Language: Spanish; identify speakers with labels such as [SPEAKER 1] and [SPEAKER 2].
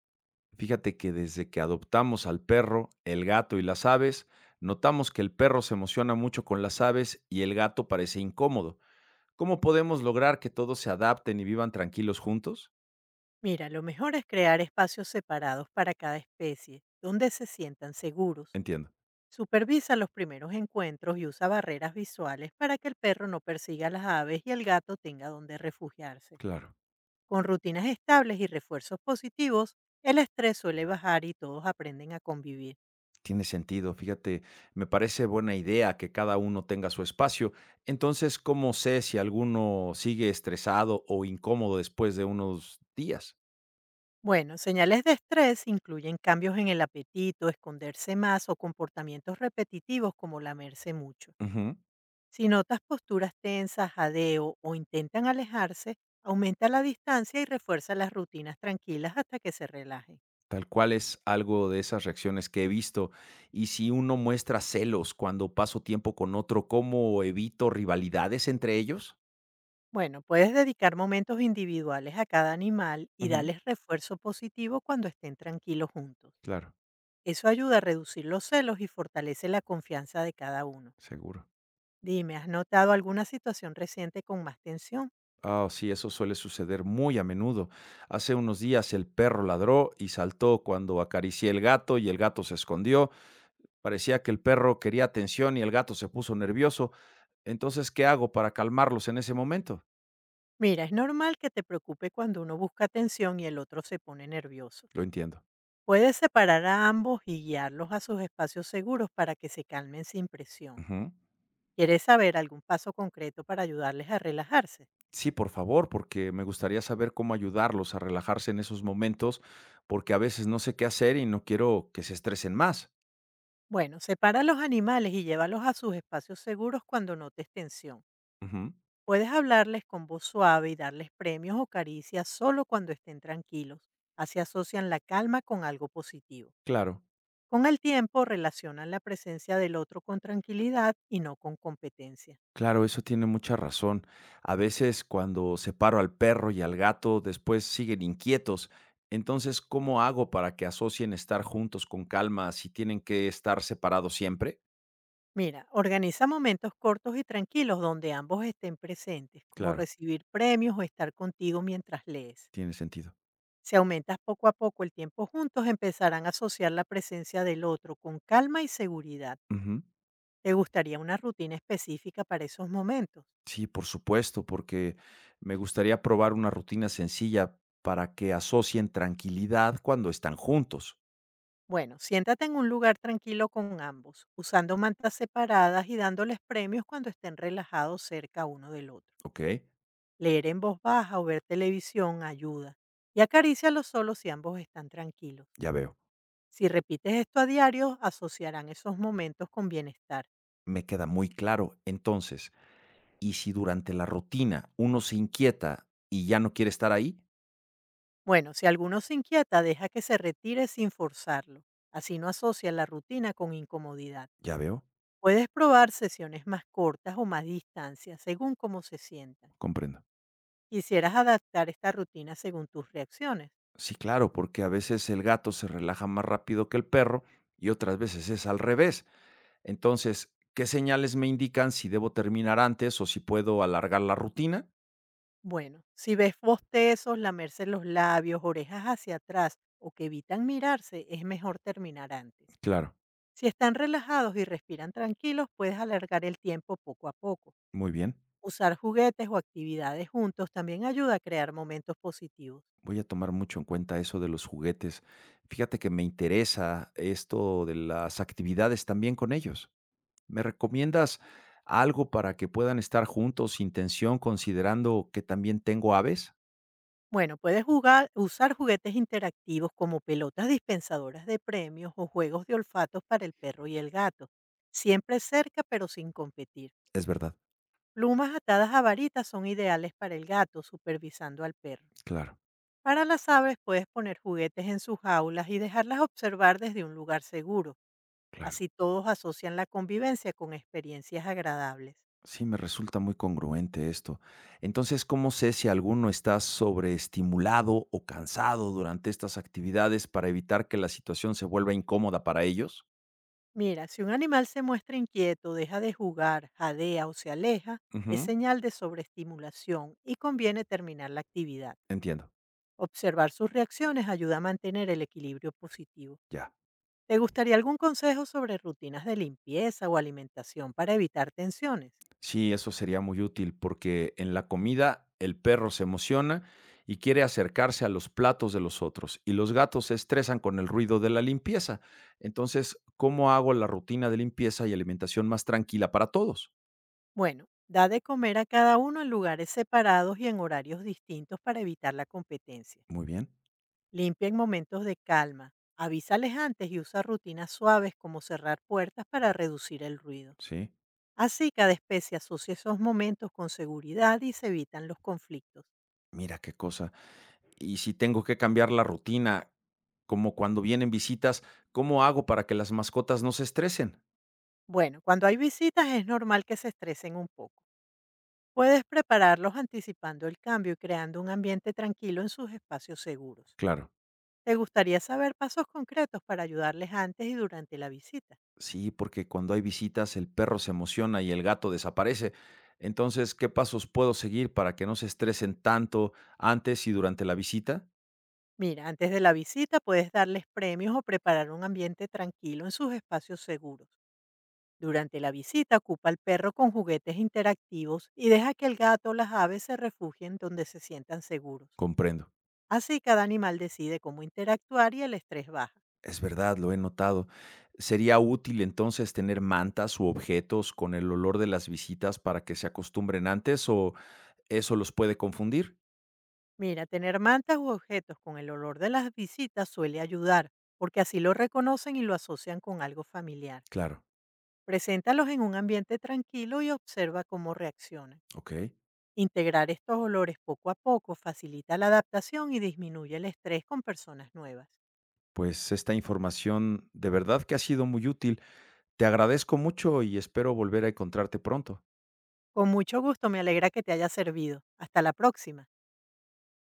[SPEAKER 1] Fíjate que desde que adoptamos al perro, el gato y las aves, notamos que el perro se emociona mucho con las aves y el gato parece incómodo. ¿Cómo podemos lograr que todos se adapten y vivan tranquilos juntos?
[SPEAKER 2] Mira, lo mejor es crear espacios separados para cada especie, donde se sientan seguros.
[SPEAKER 1] Entiendo.
[SPEAKER 2] Supervisa los primeros encuentros y usa barreras visuales para que el perro no persiga a las aves y el gato tenga donde refugiarse.
[SPEAKER 1] Claro.
[SPEAKER 2] Con rutinas estables y refuerzos positivos, el estrés suele bajar y todos aprenden a convivir.
[SPEAKER 1] Tiene sentido. Fíjate, me parece buena idea que cada uno tenga su espacio. Entonces, ¿cómo sé si alguno sigue estresado o incómodo después de unos días?
[SPEAKER 2] Bueno, señales de estrés incluyen cambios en el apetito, esconderse más o comportamientos repetitivos como lamerse mucho.
[SPEAKER 1] Ujú.
[SPEAKER 2] Si notas posturas tensas, jadeo o intentan alejarse, aumenta la distancia y refuerza las rutinas tranquilas hasta que se relajen.
[SPEAKER 1] Tal cual es algo de esas reacciones que he visto. Y si uno muestra celos cuando paso tiempo con otro, ¿cómo evito rivalidades entre ellos?
[SPEAKER 2] Bueno, puedes dedicar momentos individuales a cada animal y
[SPEAKER 1] Ujú.
[SPEAKER 2] darles refuerzo positivo cuando estén tranquilos juntos.
[SPEAKER 1] Claro,
[SPEAKER 2] Eso ayuda a reducir los celos y fortalece la confianza de cada uno.
[SPEAKER 1] seguro.
[SPEAKER 2] Dime, ¿has notado alguna situación reciente con más tensión?
[SPEAKER 1] Ah, sí, eso suele suceder muy a menudo. Hace unos días el perro ladró y saltó cuando acaricié el gato y el gato se escondió. Parecía que el perro quería atención y el gato se puso nervioso. Entonces, ¿qué hago para calmarlos en ese momento?
[SPEAKER 2] Mira, es normal que te preocupe cuando uno busca atención y el otro se pone nervioso.
[SPEAKER 1] Lo entiendo.
[SPEAKER 2] Puedes separar a ambos y guiarlos a sus espacios seguros para que se calmen sin presión. ¿Quieres saber algún paso concreto para ayudarles a relajarse?
[SPEAKER 1] Sí, por favor, porque me gustaría saber cómo ayudarlos a relajarse en esos momentos, porque a veces no sé qué hacer y no quiero que se estresen más.
[SPEAKER 2] Bueno, separa a los animales y llévalos a sus espacios seguros cuando notes tensión.
[SPEAKER 1] Ujú,
[SPEAKER 2] Puedes hablarles con voz suave y darles premios o caricias solo cuando estén tranquilos. Así asocian la calma con algo positivo.
[SPEAKER 1] claro,
[SPEAKER 2] Con el tiempo relacionan la presencia del otro con tranquilidad y no con competencia.
[SPEAKER 1] claro, eso tiene mucha razón. A veces cuando separo al perro y al gato, después siguen inquietos. Entonces, ¿cómo hago para que asocien estar juntos con calma si tienen que estar separados siempre?
[SPEAKER 2] Mira, organiza momentos cortos y tranquilos donde ambos estén presentes, como
[SPEAKER 1] Claro,
[SPEAKER 2] recibir premios o estar contigo mientras lees.
[SPEAKER 1] tiene sentido.
[SPEAKER 2] Si aumentas poco a poco el tiempo juntos, empezarán a asociar la presencia del otro con calma y seguridad.
[SPEAKER 1] Ujú.
[SPEAKER 2] ¿Te gustaría una rutina específica para esos momentos?
[SPEAKER 1] Sí, por supuesto, porque me gustaría probar una rutina sencilla para que asocien tranquilidad cuando están juntos.
[SPEAKER 2] Bueno, siéntate en un lugar tranquilo con ambos, usando mantas separadas y dándoles premios cuando estén relajados cerca uno del otro.
[SPEAKER 1] Ok,
[SPEAKER 2] Leer en voz baja o ver televisión ayuda. Y acarícialos solo si ambos están tranquilos.
[SPEAKER 1] ya veo.
[SPEAKER 2] Si repites esto a diario, asociarán esos momentos con bienestar.
[SPEAKER 1] Me queda muy claro. Entonces, ¿y si durante la rutina uno se inquieta y ya no quiere estar ahí?
[SPEAKER 2] Bueno, si alguno se inquieta, deja que se retire sin forzarlo. Así no asocia la rutina con incomodidad.
[SPEAKER 1] Ya veo,
[SPEAKER 2] Puedes probar sesiones más cortas o más distancias, según cómo se sientan.
[SPEAKER 1] comprendo.
[SPEAKER 2] Quisieras adaptar esta rutina según tus reacciones.
[SPEAKER 1] Sí, claro, porque a veces el gato se relaja más rápido que el perro y otras veces es al revés. Entonces, ¿qué señales me indican si debo terminar antes o si puedo alargar la rutina?
[SPEAKER 2] Bueno, si ves bostezos, lamerse los labios, orejas hacia atrás o que evitan mirarse, es mejor terminar antes.
[SPEAKER 1] Claro,
[SPEAKER 2] Si están relajados y respiran tranquilos, puedes alargar el tiempo poco a poco.
[SPEAKER 1] muy bien.
[SPEAKER 2] Usar juguetes o actividades juntos también ayuda a crear momentos positivos.
[SPEAKER 1] Voy a tomar mucho en cuenta eso de los juguetes. Fíjate que me interesa esto de las actividades también con ellos. ¿Me recomiendas algo para que puedan estar juntos sin tensión, considerando que también tengo aves?
[SPEAKER 2] Bueno, puedes jugar, usar juguetes interactivos como pelotas dispensadoras de premios o juegos de olfatos para el perro y el gato. Siempre cerca pero sin competir.
[SPEAKER 1] Es verdad.
[SPEAKER 2] Plumas atadas a varitas son ideales para el gato, supervisando al perro.
[SPEAKER 1] Claro,
[SPEAKER 2] Para las aves puedes poner juguetes en sus jaulas y dejarlas observar desde un lugar seguro.
[SPEAKER 1] claro.
[SPEAKER 2] Así todos asocian la convivencia con experiencias agradables.
[SPEAKER 1] Sí, me resulta muy congruente esto. Entonces, ¿cómo sé si alguno está sobreestimulado o cansado durante estas actividades para evitar que la situación se vuelva incómoda para ellos?
[SPEAKER 2] Mira, si un animal se muestra inquieto, deja de jugar, jadea o se aleja, es
[SPEAKER 1] Ujú,
[SPEAKER 2] señal de sobreestimulación y conviene terminar la actividad.
[SPEAKER 1] entiendo.
[SPEAKER 2] Observar sus reacciones ayuda a mantener el equilibrio positivo.
[SPEAKER 1] Ya.
[SPEAKER 2] ¿Te gustaría algún consejo sobre rutinas de limpieza o alimentación para evitar tensiones?
[SPEAKER 1] Sí, eso sería muy útil porque en la comida el perro se emociona y quiere acercarse a los platos de los otros y los gatos se estresan con el ruido de la limpieza. Entonces, ¿cómo hago la rutina de limpieza y alimentación más tranquila para todos?
[SPEAKER 2] Bueno, da de comer a cada uno en lugares separados y en horarios distintos para evitar la competencia.
[SPEAKER 1] Muy bien,
[SPEAKER 2] Limpia en momentos de calma. Avísales antes y usa rutinas suaves como cerrar puertas para reducir el ruido.
[SPEAKER 1] sí.
[SPEAKER 2] Así cada especie asocia esos momentos con seguridad y se evitan los conflictos.
[SPEAKER 1] Mira qué cosa. Y si tengo que cambiar la rutina, como cuando vienen visitas, ¿cómo hago para que las mascotas no se estresen?
[SPEAKER 2] Bueno, cuando hay visitas es normal que se estresen un poco. Puedes prepararlos anticipando el cambio y creando un ambiente tranquilo en sus espacios seguros.
[SPEAKER 1] Claro.
[SPEAKER 2] ¿Te gustaría saber pasos concretos para ayudarles antes y durante la visita?
[SPEAKER 1] Sí, porque cuando hay visitas el perro se emociona y el gato desaparece. Entonces, ¿qué pasos puedo seguir para que no se estresen tanto antes y durante la visita?
[SPEAKER 2] Mira, antes de la visita puedes darles premios o preparar un ambiente tranquilo en sus espacios seguros. Durante la visita ocupa al perro con juguetes interactivos y deja que el gato o las aves se refugien donde se sientan seguros.
[SPEAKER 1] Comprendo.
[SPEAKER 2] Así cada animal decide cómo interactuar y el estrés baja.
[SPEAKER 1] Es verdad, lo he notado. ¿Sería útil entonces tener mantas u objetos con el olor de las visitas para que se acostumbren antes o eso los puede confundir?
[SPEAKER 2] Mira, tener mantas u objetos con el olor de las visitas suele ayudar, porque así lo reconocen y lo asocian con algo familiar.
[SPEAKER 1] Claro,
[SPEAKER 2] Preséntalos en un ambiente tranquilo y observa cómo reaccionan.
[SPEAKER 1] ok.
[SPEAKER 2] Integrar estos olores poco a poco facilita la adaptación y disminuye el estrés con personas nuevas.
[SPEAKER 1] Pues esta información de verdad que ha sido muy útil. Te agradezco mucho y espero volver a encontrarte pronto.
[SPEAKER 2] Con mucho gusto, me alegra que te haya servido. Hasta la próxima.